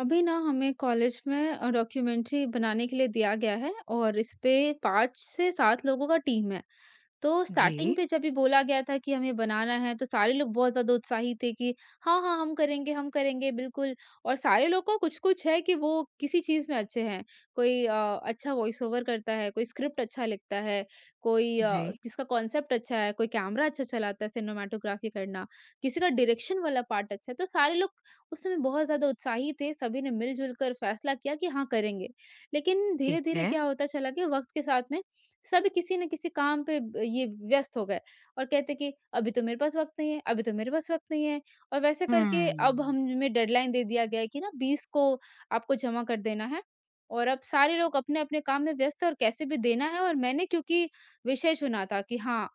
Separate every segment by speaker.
Speaker 1: अभी ना हमें कॉलेज में डॉक्यूमेंट्री बनाने के लिए दिया गया है और इस पे 5 से 7 लोगों का टीम है। तो स्टार्टिंग
Speaker 2: जी,
Speaker 1: पे जब भी बोला गया था कि हमें बनाना है, तो सारे लोग बहुत ज़्यादा उत्साहित थे कि हाँ, हाँ, हम करेंगे, बिल्कुल। और सारे लोग को कुछ-कुछ है कि वो किसी चीज़ में अच्छे हैं। कोई अच्छा वॉइस ओवर करता है, कोई स्क्रिप्ट अच्छा लिखता है, कोई
Speaker 2: जी,
Speaker 1: किसका कॉन्सेप्ट अच्छा है, कोई कैमरा अच्छा चलाता है, सिनेमैटोग्राफी करना, किसी का डायरेक्शन वाला पार्ट अच्छा है। तो सारे लोग उस समय बहुत ज़्यादा उत्साही थे, सभी ने मिल-जुल कर फैसला किया कि हाँ, करेंगे। लेकिन
Speaker 2: ठीक
Speaker 1: धीरे-धीरे
Speaker 2: है।
Speaker 1: क्या होता चला कि वक़्त के साथ में सब किसी न किसी काम पे ब ये व्यस्त हो गए और कहते कि अभी तो मेरे पास वक़्त नहीं है, अभी तो मेरे पास वक़्त नहीं है और वैसे
Speaker 2: हुँ।
Speaker 1: करके अब हमें डेडलाइन दे दिया गया है कि ना 20 को आपको जमा कर देना है और अब सारे लोग अपने-अपने काम में व्यस्त हैं और कैसे भी देना है और मैंने क्योंकि विषय चुना था कि हाँ,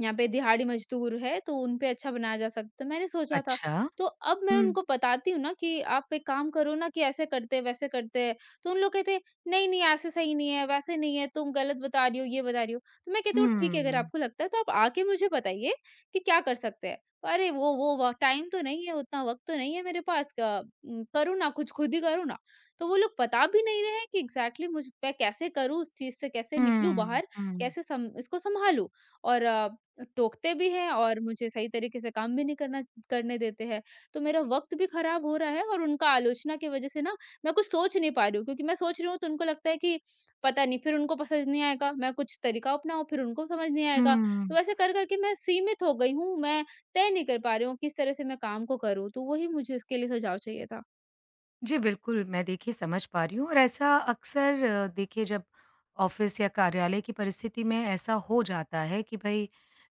Speaker 1: यहाँ पे दिहाड़ी मज़दूर है, तो उन पे अच्छा बनाया जा सकता है, मैंने सोचा था।
Speaker 2: अच्छा।
Speaker 1: तो अब मैं
Speaker 2: हुँ,
Speaker 1: उनको बताती हूँ ना कि आप एक काम करो ना कि ऐसे करते, वैसे करते, तो उन लोग कहते हैं, "नहीं, नहीं ऐसे सही नहीं है, वैसे नहीं है, तुम गलत बता रही हो, ये बता रही हो।" तो मैं कहती हूँ, "ठीक है, अगर
Speaker 2: हुँ,
Speaker 1: आपको लगता है तो आप आके मुझे बताइए कि क्या कर सकते हैं।" "अरे! वो व टाइम तो नहीं है, उतना वक़्त तो नहीं है मेरे पास करो ना कुछ, खुद ही करो ना।" तो वो लोग बता भी नहीं रहे हैं कि एग्ज़ैक्टली मुझ मैं कैसे करूँ, उस चीज़ से कैसे निकलूँ
Speaker 2: हुँ,
Speaker 1: बाहर,
Speaker 2: हुँ,
Speaker 1: कैसे सम इसको सँभालूँ और टोकते भी हैं और मुझे सही तरीके से काम भी नहीं करना करने देते हैं। तो मेरा वक़्त भी ख़राब हो रहा है और उनका आलोचना की वज़ह से ना मैं कुछ सोच नहीं पा रही हूँ क्योंकि मैं सोच रही हूँ तो उनको लगता है कि पता नहीं फिर उनको पसंद नहीं आएगा, मैं कुछ तरीका अपनाऊँ फिर उनको समझ नहीं आएगा।
Speaker 2: हुँ।
Speaker 1: तो वैसे कर-कर के मैं सीमित हो गई हूँ, मैं तय नहीं कर पा रही हूँ किस तरह से मैं काम को करूँ। तो वही मुझे इसके लिए सुझाव चाहिए था।
Speaker 2: जी, बिल्कुल, मैं देखिए समझ पा रही हूँ और ऐसा अक्सर देखिए जब ऑफ़िस या कार्यालय की परिस्थिति में ऐसा हो जाता है कि भई,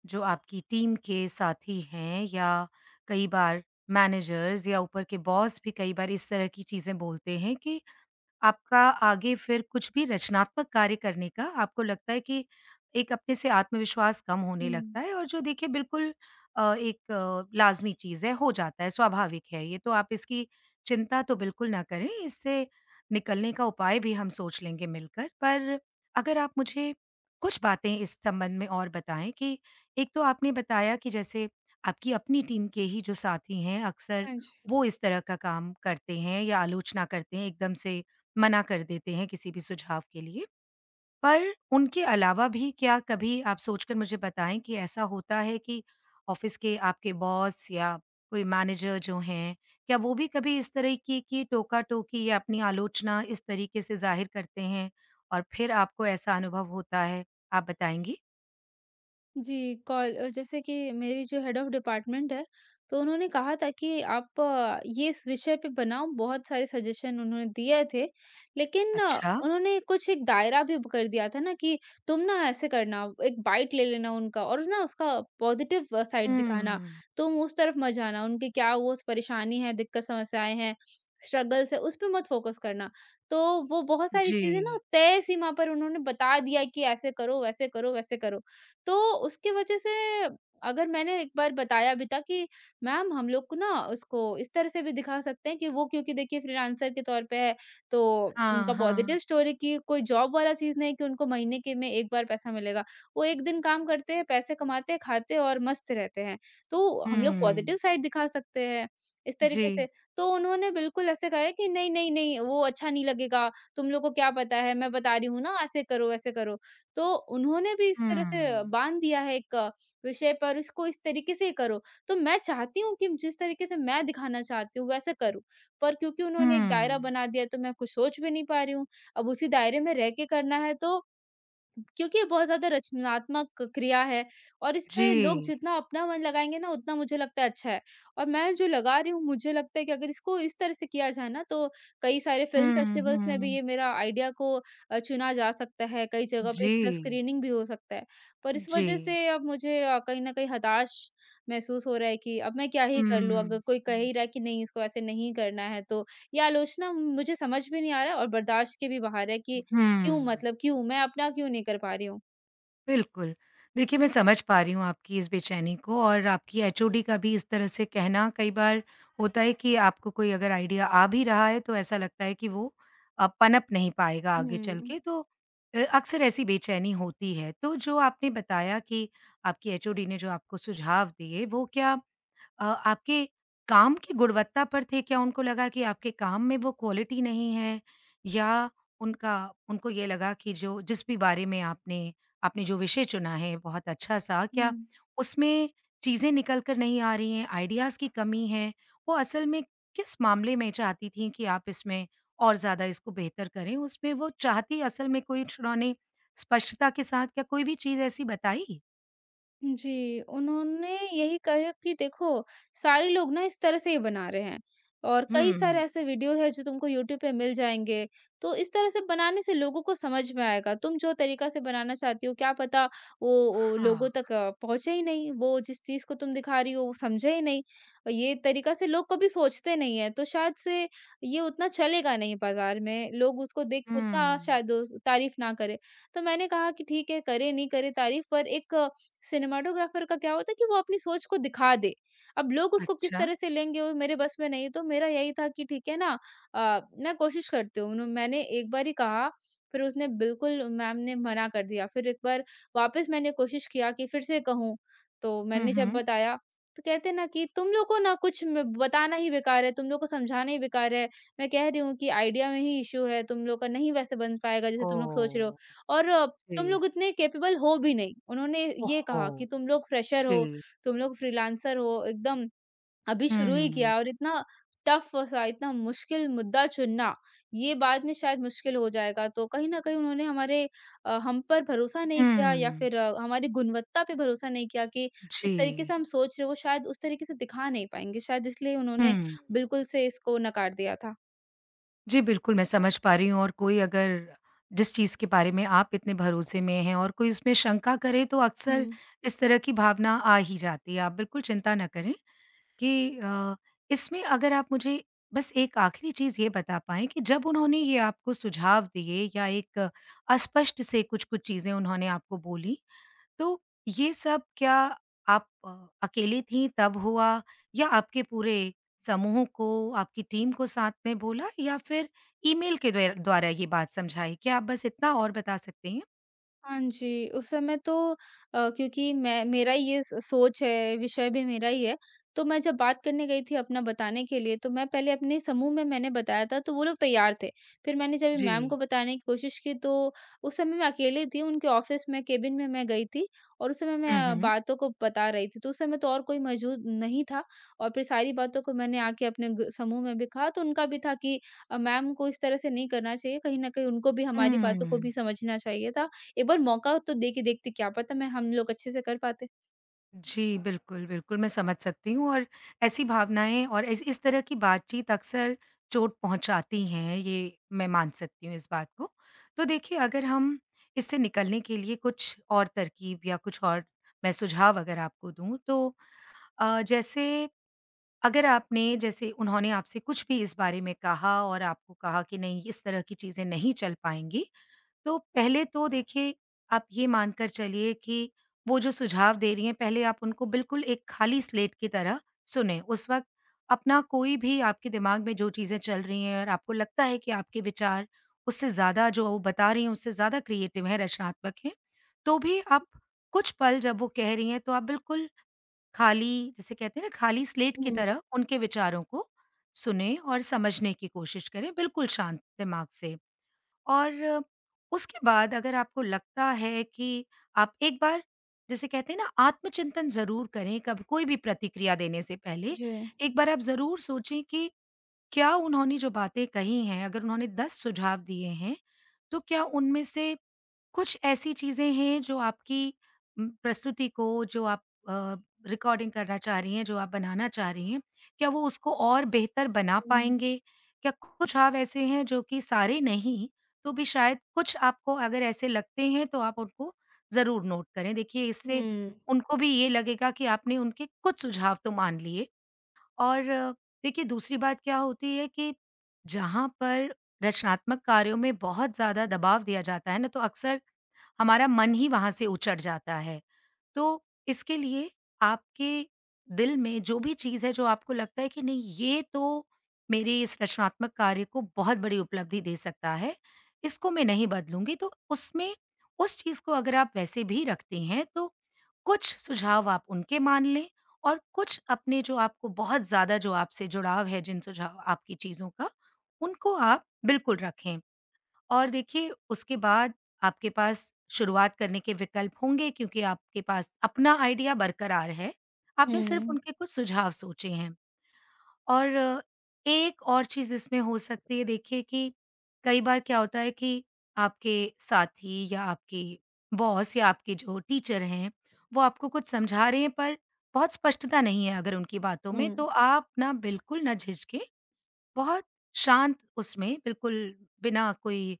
Speaker 2: जो आपकी टीम के साथी हैं या कई बार मैनेजर्स या ऊपर के बॉस भी कई बार इस तरह की चीज़ें बोलते हैं कि आपका आगे फिर कुछ भी रचनात्मक कार्य करने का आपको लगता है कि एक अपने से आत्मविश्वास कम होने
Speaker 1: हुँ।
Speaker 2: लगता है और जो देखिए बिल्कुल एक लाज़मी चीज़ है, हो जाता है, स्वाभाविक है ये, तो आप इसकी चिंता तो बिल्कुल ना करें, इससे निकलने का उपाय भी हम सोच लेंगे मिलकर। पर अगर आप मुझे कुछ बातें इस संबंध में और बताएँ कि एक तो आपने बताया कि जैसे आपकी अपनी टीम के ही जो साथी हैं, अक्सर
Speaker 1: हाँ जी।
Speaker 2: वो इस तरह का काम करते हैं या आलोचना करते हैं एकदम से मना कर देते हैं किसी भी सुझाव के लिए। पर उनके अलावा भी क्या कभी आप सोचकर मुझे बताएँ कि ऐसा होता है कि ऑफ़िस के आपके बॉस या कोई मैनेजर जो हैं, क्या वो भी कभी इस तरह की टोका-टोकी या अपनी आलोचना इस तरीके से ज़ाहिर करते हैं और फिर आपको ऐसा अनुभव होता है? आप बताएँगी?
Speaker 1: जी, जैसे कि मेरी जो हेड ऑफ़ डिपार्टमेंट है, तो उन्होंने कहा था कि आप ये इस विषय पे बनाओ, बहुत सारे सजेशन उन्होंने दिए थे। लेकिन
Speaker 2: अच्छा।
Speaker 1: उन्होंने कुछ एक दायरा भी कर दिया था ना कि तुम ना ऐसे करना, एक बाइट ले लेना उनका और ना उसका पॉज़िटिव साइड दिखाना।
Speaker 2: हुँ।
Speaker 1: तुम उस तरफ मत जाना, उनकी क्या वो परेशानी है, दिक्कत समस्याएँ हैं, स्ट्रगल्स है, उस पे मत फ़ोकस करना। तो वो बहुत सारी
Speaker 2: जी।
Speaker 1: चीज़ें ना तय सीमा पर उन्होंने बता दिया कि ऐसे करो, वैसे करो, वैसे करो। तो उसकी वजह से अगर मैंने एक बार बताया भी था कि मैम हम लोग को ना उसको इस तरह से भी दिखा सकते हैं कि वो क्योंकि देखिए फ्रीलांसर के तौर पे है तो
Speaker 2: हाँ,
Speaker 1: उनका
Speaker 2: हाँ।
Speaker 1: पॉजिटिव स्टोरी की कोई जॉब वाला चीज नहीं कि उनको महीने के में एक बार पैसा मिलेगा वो एक दिन काम करते हैं पैसे कमाते हैं खाते हैं और मस्त रहते हैं तो हम लोग पॉजिटिव
Speaker 2: हुँ।
Speaker 1: साइड दिखा सकते हैं इस
Speaker 2: जी।
Speaker 1: तरीके से तो उन्होंने बिल्कुल ऐसे कहा है कि नहीं नहीं नहीं वो अच्छा नहीं लगेगा तुम लोग को क्या पता है मैं बता रही हूँ ना ऐसे करो तो उन्होंने भी इस तरह से
Speaker 2: हुँ।
Speaker 1: बाँध दिया है एक विषय पर इसको इस तरीके से करो। तो मैं चाहती हूँ कि जिस तरीके से मैं दिखाना चाहती हूँ वैसे करूँ, पर क्योंकि उन्होंने एक दायरा
Speaker 2: हुँ।
Speaker 1: बना दिया है तो मैं कुछ सोच भी नहीं पा रही हूँ। अब उसी दायरे में रह के करना है तो क्योंकि ये बहुत ज़्यादा रचनात्मक क्रिया है और इसपे लोग
Speaker 2: जी।
Speaker 1: जितना अपना मन लगाएँगे ना, उतना मुझे लगता है अच्छा है। और मैं जो लगा रही हूँ, मुझे लगता है कि अगर इसको इस तरह से किया जाए ना, तो कई सारे फ़िल्म
Speaker 2: हुँ,
Speaker 1: फेस्टिवल्स में भी
Speaker 2: हुँ।
Speaker 1: ये मेरा आइडिया को चुना जा सकता है, कई जगह पे
Speaker 2: जी,
Speaker 1: इसका स्क्रीनिंग भी हो सकता है। पर इस
Speaker 2: जी।
Speaker 1: वजह से अब मुझे कहीं न कहीं हताश महसूस हो रहा है कि अब मैं क्या ही
Speaker 2: हुँ,
Speaker 1: कर लूँ? अगर कोई कह
Speaker 2: हुँ,
Speaker 1: ही रहा है कि नहीं, इसको ऐसे नहीं करना है, तो ये आलोचना मुझे समझ में नहीं आ रहा है और बर्दाश्त के भी बाहर है कि क्यों
Speaker 2: हुँ,
Speaker 1: मतलब क्यों? मैं अपना क्यों नहीं कर पा रही हूँ?
Speaker 2: बिल्कुल। देखिए, मैं समझ पा रही हूँ आपकी इस बेचैनी को और आपकी एचओडी का भी इस तरह से कहना कई बार होता है कि आपको कोई अगर आइडिया आ भी रहा है, तो ऐसा लगता है कि वो पनप नहीं पाएगा आगे चल
Speaker 1: हुँ।
Speaker 2: के, तो अक्सर ऐसी बेचैनी होती है। तो जो आपने बताया कि आपकी एचओडी ने जो आपको सुझाव दिए, वो क्या आपके काम की गुणवत्ता पर थे? क्या उनको लगा कि आपके काम में वो क्वालिटी नहीं है या उनका उनको ये लगा कि जो जिस भी बारे में आपने आपने जो विषय चुना है बहुत अच्छा-सा, क्या
Speaker 1: हुँ।
Speaker 2: उसमें चीज़ें निकल कर नहीं आ रही हैं, आइडियाज़ की कमी है? वो असल में किस मामले में चाहती थीं कि आप इसमें और ज़्यादा इसको बेहतर करें? उसमें वो चाहती असल में कोई उन्होंने स्पष्टता के साथ क्या कोई भी चीज़ ऐसी बताई?
Speaker 1: जी, उन्होंने यही कहा कि देखो, सारे लोग ना इस तरह से ही बना रहे हैं और कई सारे
Speaker 2: हुँ।
Speaker 1: ऐसे वीडियो हैं जो तुमको यूट्यूब पे मिल जाएँगे। तो इस तरह से बनाने से लोगों को समझ में आएगा। तुम जो तरीका से बनाना चाहती हो, क्या पता वो लोगों
Speaker 2: हाँ।
Speaker 1: तक पहुँचे ही नहीं। वो जिस चीज़ को तुम दिखा रही हो, वो समझे ही नहीं। और ये तरीका से लोग कभी सोचते नहीं हैं, तो शायद से ये उतना चलेगा नहीं बाज़ार में। लोग उसको देख उतना
Speaker 2: हुँ।
Speaker 1: शायद तारीफ़ ना करें। तो मैंने कहा कि ठीक है, करें, नहीं करें तारीफ़ पर एक सिनेमेटोग्राफर का क्या होता है कि वो अपनी सोच को दिखा दे। अब लोग उसको किस
Speaker 2: अच्छा।
Speaker 1: तरह से लेंगे वो मेरे बस में नहीं है, तो मेरा यही था कि ठीक है ना मैं कोशिश करती हूँ। उन्हों मैंने एक बार ही कहा, फिर उसने बिल्कुल मैम ने मना कर दिया। फिर एक बार वापस मैंने कोशिश किया कि फिर से कहूँ, तो
Speaker 2: हुँ,
Speaker 1: मैंने जब
Speaker 2: हुँ।
Speaker 1: बताया, तो कहते हैं ना कि तुम लोग को ना कुछ म बताना ही बेकार है, तुम लोग को समझाना ही बेकार है। मैं कह रही हूँ कि आइडिया में ही इश्यू है, तुम लोग का नहीं वैसे बन पाएगा जैसे तुम लोग सोच रहे हो।
Speaker 2: ओह!
Speaker 1: और
Speaker 2: जी।
Speaker 1: तुम लोग इतने कैपेबल हो भी नहीं। उन्होंने ये
Speaker 2: ओहो!
Speaker 1: कहा कि तुम लोग फ्रेशर
Speaker 2: जी।
Speaker 1: हो, तुम लोग फ्रीलांसर हो, एकदम अभी शुरू ही
Speaker 2: हुँ।
Speaker 1: किया और इतना टफ सा, इतना मुश्किल मुद्दा चुनना, ये बाद में शायद मुश्किल हो जाएगा। तो कहीं न कहीं उन्होंने हमारे हम पर भरोसा नहीं किया या
Speaker 2: हुँ।
Speaker 1: फिर हमारी गुणवत्ता पे भरोसा नहीं किया कि जिस
Speaker 2: जी।
Speaker 1: तरीके से हम सोच रहे हैं, वो शायद उस तरीके से दिखा नहीं पाएँगे। शायद इसलिए
Speaker 2: हुँ।
Speaker 1: उन्होंने बिल्कुल से इसको नकार दिया था।
Speaker 2: जी, बिल्कुल मैं समझ पा रही हूँ और कोई अगर जिस चीज़ के बारे में आप इतने भरोसे में हैं और कोई उसमें शंका करे तो अक्सर
Speaker 1: हुँ।
Speaker 2: इस तरह की भावना आ ही जाती है। आप बिल्कुल चिंता ना करें कि इसमें अगर आप मुझे बस एक आखिरी चीज़ ये बता पाएँ कि जब उन्होंने ये आपको सुझाव दिए या एक अस्पष्ट से कुछ-कुछ चीज़ें उन्होंने आपको बोली? तो ये सब क्या आप अकेली थीं तब हुआ या आपके पूरे समूह को, आपकी टीम को साथ में बोला या फिर ईमेल के द्वे द्वारा ये बात समझाई? क्या आप बस इतना और बता सकती हैं?
Speaker 1: हाँ जी, उस समय तो क्योंकि मैं मेरा ही ये स सोच है, विषय भी मेरा ही है। तो मैं जब बात करने गई थी अपना बताने के लिए, तो मैं पहले अपने समूह में मैंने बताया था, तो वो लोग तैयार थे। फिर मैंने जब
Speaker 2: जी।
Speaker 1: मैम को बताने की कोशिश की, तो उस समय मैं अकेली थी, उनके ऑफ़िस में केबिन में मैं गई थी और उस समय मैं
Speaker 2: हुँ, हुँ।
Speaker 1: बातों को बता रही थी। तो उस समय तो और कोई मौजूद नहीं था और फिर सारी बातों को मैंने आके अपने ग समूह में भी कहा, तो उनका भी था कि मैम को इस तरह से नहीं करना चाहिए, कहीं न कहीं उनको भी हमारी बातों को
Speaker 2: हुँ।
Speaker 1: भी समझना चाहिए था एक बार मौका तो दे के देखते, क्या पता मैं हम लोग अच्छे से कर पाते।
Speaker 2: जी, बिल्कुल, बिल्कुल, मैं समझ सकती हूँ और ऐसी भावनाएँ और इस तरह की बातचीत अक्सर चोट पहुँचाती हैं, ये मैं मान सकती हूँ इस बात को। तो देखिए, अगर हम इससे निकलने के लिए कुछ और तरकीब या कुछ और मैं सुझाव अगर आपको दूँ, तो जैसे अगर आपने जैसे उन्होंने आपसे कुछ भी इस बारे में कहा और आपको कहा कि नहीं, इस तरह की चीज़ें नहीं चल पाएँगी, तो पहले तो देखिए, आप ये मानकर चलिए कि वो जो सुझाव दे रही हैं, पहले आप उनको बिल्कुल एक खाली स्लेट की तरह सुनें। उस वक़्त अपना कोई भी आपके दिमाग में जो चीज़ें चल रही हैं और आपको लगता है कि आपके विचार उससे ज़्यादा जो वो बता रही हैं, उससे ज़्यादा क्रिएटिव हैं, रचनात्मक हैं, तो भी आप कुछ पल जब वो कह रही हैं, तो आप बिल्कुल खाली जिसे कहते हैं ना, खाली स्लेट की
Speaker 1: हुँ,
Speaker 2: तरह उनके विचारों को सुनें और समझने की कोशिश करें, बिल्कुल शांत दिमाग से। और उसके बाद अगर आपको लगता है कि आप एक बार जिसे कहते हैं ना आत्मचिंतन ज़रूर करें कब कोई भी प्रतिक्रिया देने से पहले।
Speaker 1: जी।
Speaker 2: एक बार आप ज़रूर सोचें कि क्या उन्होंने जो बातें कही हैं, अगर उन्होंने 10 सुझाव दिए हैं, तो क्या उनमें से कुछ ऐसी चीज़ें हैं जो आपकी प्रस्तुति को जो आप अ, रिकॉर्डिंग करना चाह रही हैं, जो आप बनाना चाह रही हैं, क्या वो उसको और बेहतर बना
Speaker 1: हुँ।
Speaker 2: पाएँगे? क्या कुछ आप ऐसे हैं जो कि सारे नहीं, तो भी शायद कुछ आपको अगर ऐसे लगते हैं तो आप उनको ज़रूर नोट करें। देखिए इससे
Speaker 1: हुँ।
Speaker 2: उनको भी ये लगेगा कि आपने उनके कुछ सुझाव तो मान लिए और देखिए दूसरी बात क्या होती है कि जहाँ पर रचनात्मक कार्यों में बहुत ज़्यादा दबाव दिया जाता है ना, तो अक्सर हमारा मन ही वहाँ से उचट जाता है। तो इसके लिए आपके दिल में जो भी चीज़ है जो आपको लगता है कि नहीं ये तो मेरे इस रचनात्मक कार्य को बहुत बड़ी उपलब्धि दे सकता है, इसको मैं नहीं बदलूँगी तो उसमें उस चीज़ को अगर आप वैसे भी रखते हैं तो कुछ सुझाव आप उनके मान लें और कुछ अपने जो आपको बहुत ज़्यादा जो आपसे जुड़ाव है जिन सुझाव आपकी चीज़ों का, उनको आप बिल्कुल रखें। और देखिए उसके बाद आपके पास शुरुआत करने के विकल्प होंगे क्योंकि आपके पास अपना आइडिया बरकरार है। आपने सिर्फ
Speaker 1: हुँ,
Speaker 2: उनके कुछ सुझाव सोचे हैं और एक और चीज़ इसमें हो सकती है देखिए कि कई बार क्या होता है कि आपके साथी या आपके बॉस या आपके जो टीचर हैं, वो आपको कुछ समझा रहे हैं पर बहुत स्पष्टता नहीं है अगर उनकी बातों में,
Speaker 1: हुँ,
Speaker 2: तो आप ना बिल्कुल ना झिझकें बहुत शांत उसमें बिल्कुल बिना कोई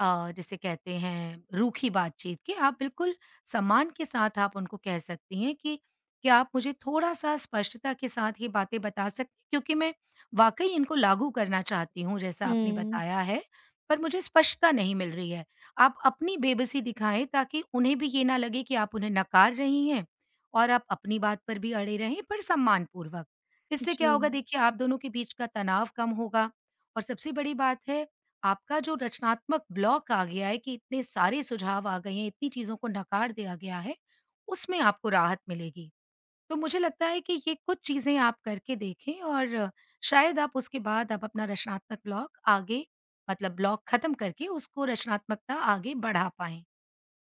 Speaker 2: जिसे कहते हैं रूखी बातचीत के आप बिल्कुल सम्मान के साथ आप उनको कह सकती हैं कि क्या आप मुझे थोड़ा-सा स्पष्टता के साथ ये बातें बता सकती हैं? क्योंकि मैं वाक़ई इनको लागू करना चाहती हूँ जैसा आपने
Speaker 1: हुँ।
Speaker 2: बताया है, पर मुझे स्पष्टता नहीं मिल रही है। आप अपनी बेबसी दिखाएँ ताकि उन्हें भी ये ना लगे कि आप उन्हें नकार रही हैं और आप अपनी बात पर भी अड़े रहें पर सम्मानपूर्वक। इससे क्या
Speaker 1: जी।
Speaker 2: होगा देखिए आप दोनों के बीच का तनाव कम होगा और सबसे बड़ी बात है आपका जो रचनात्मक ब्लॉक आ गया है कि इतने सारे सुझाव आ गए हैं इतनी चीजों को नकार दिया गया है उसमें आपको राहत मिलेगी। तो मुझे लगता है कि ये कुछ चीजें आप करके देखें और शायद आप उसके बाद आप अपना रचनात्मक ब्लॉक आगे मतलब ब्लॉक खत्म करके उसको रचनात्मकता आगे बढ़ा पाए।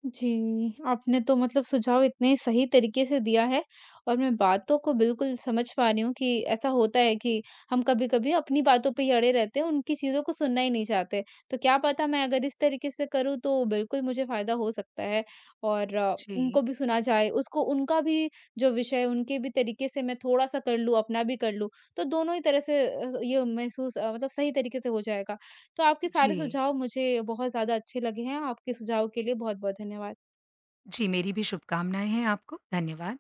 Speaker 1: जी, आपने तो मतलब सुझाव इतने सही तरीके से दिया है और मैं बातों को बिल्कुल समझ पा रही हूँ कि ऐसा होता है कि हम कभी-कभी अपनी बातों पे ही अड़े रहते हैं, उनकी चीज़ों को सुनना ही नहीं चाहते। तो क्या पता मैं अगर इस तरीके से करूँ तो बिल्कुल मुझे फ़ायदा हो सकता है और उनको
Speaker 2: जी,
Speaker 1: भी सुना जाए, उसको उनका भी जो विषय है, उनके भी तरीके से मैं थोड़ा-सा कर लूँ, अपना भी कर लूँ, तो दोनों ही तरह से ये महसूस मतलब सही तरीके से हो जाएगा। तो आपके
Speaker 2: जी,
Speaker 1: सारे सुझाव मुझे बहुत ज़्यादा अच्छे लगे हैं। आपके सुझाव के लिए बहुत-बहुत धन्यवाद।
Speaker 2: जी। मेरी भी शुभकामनाएं हैं आपको। धन्यवाद।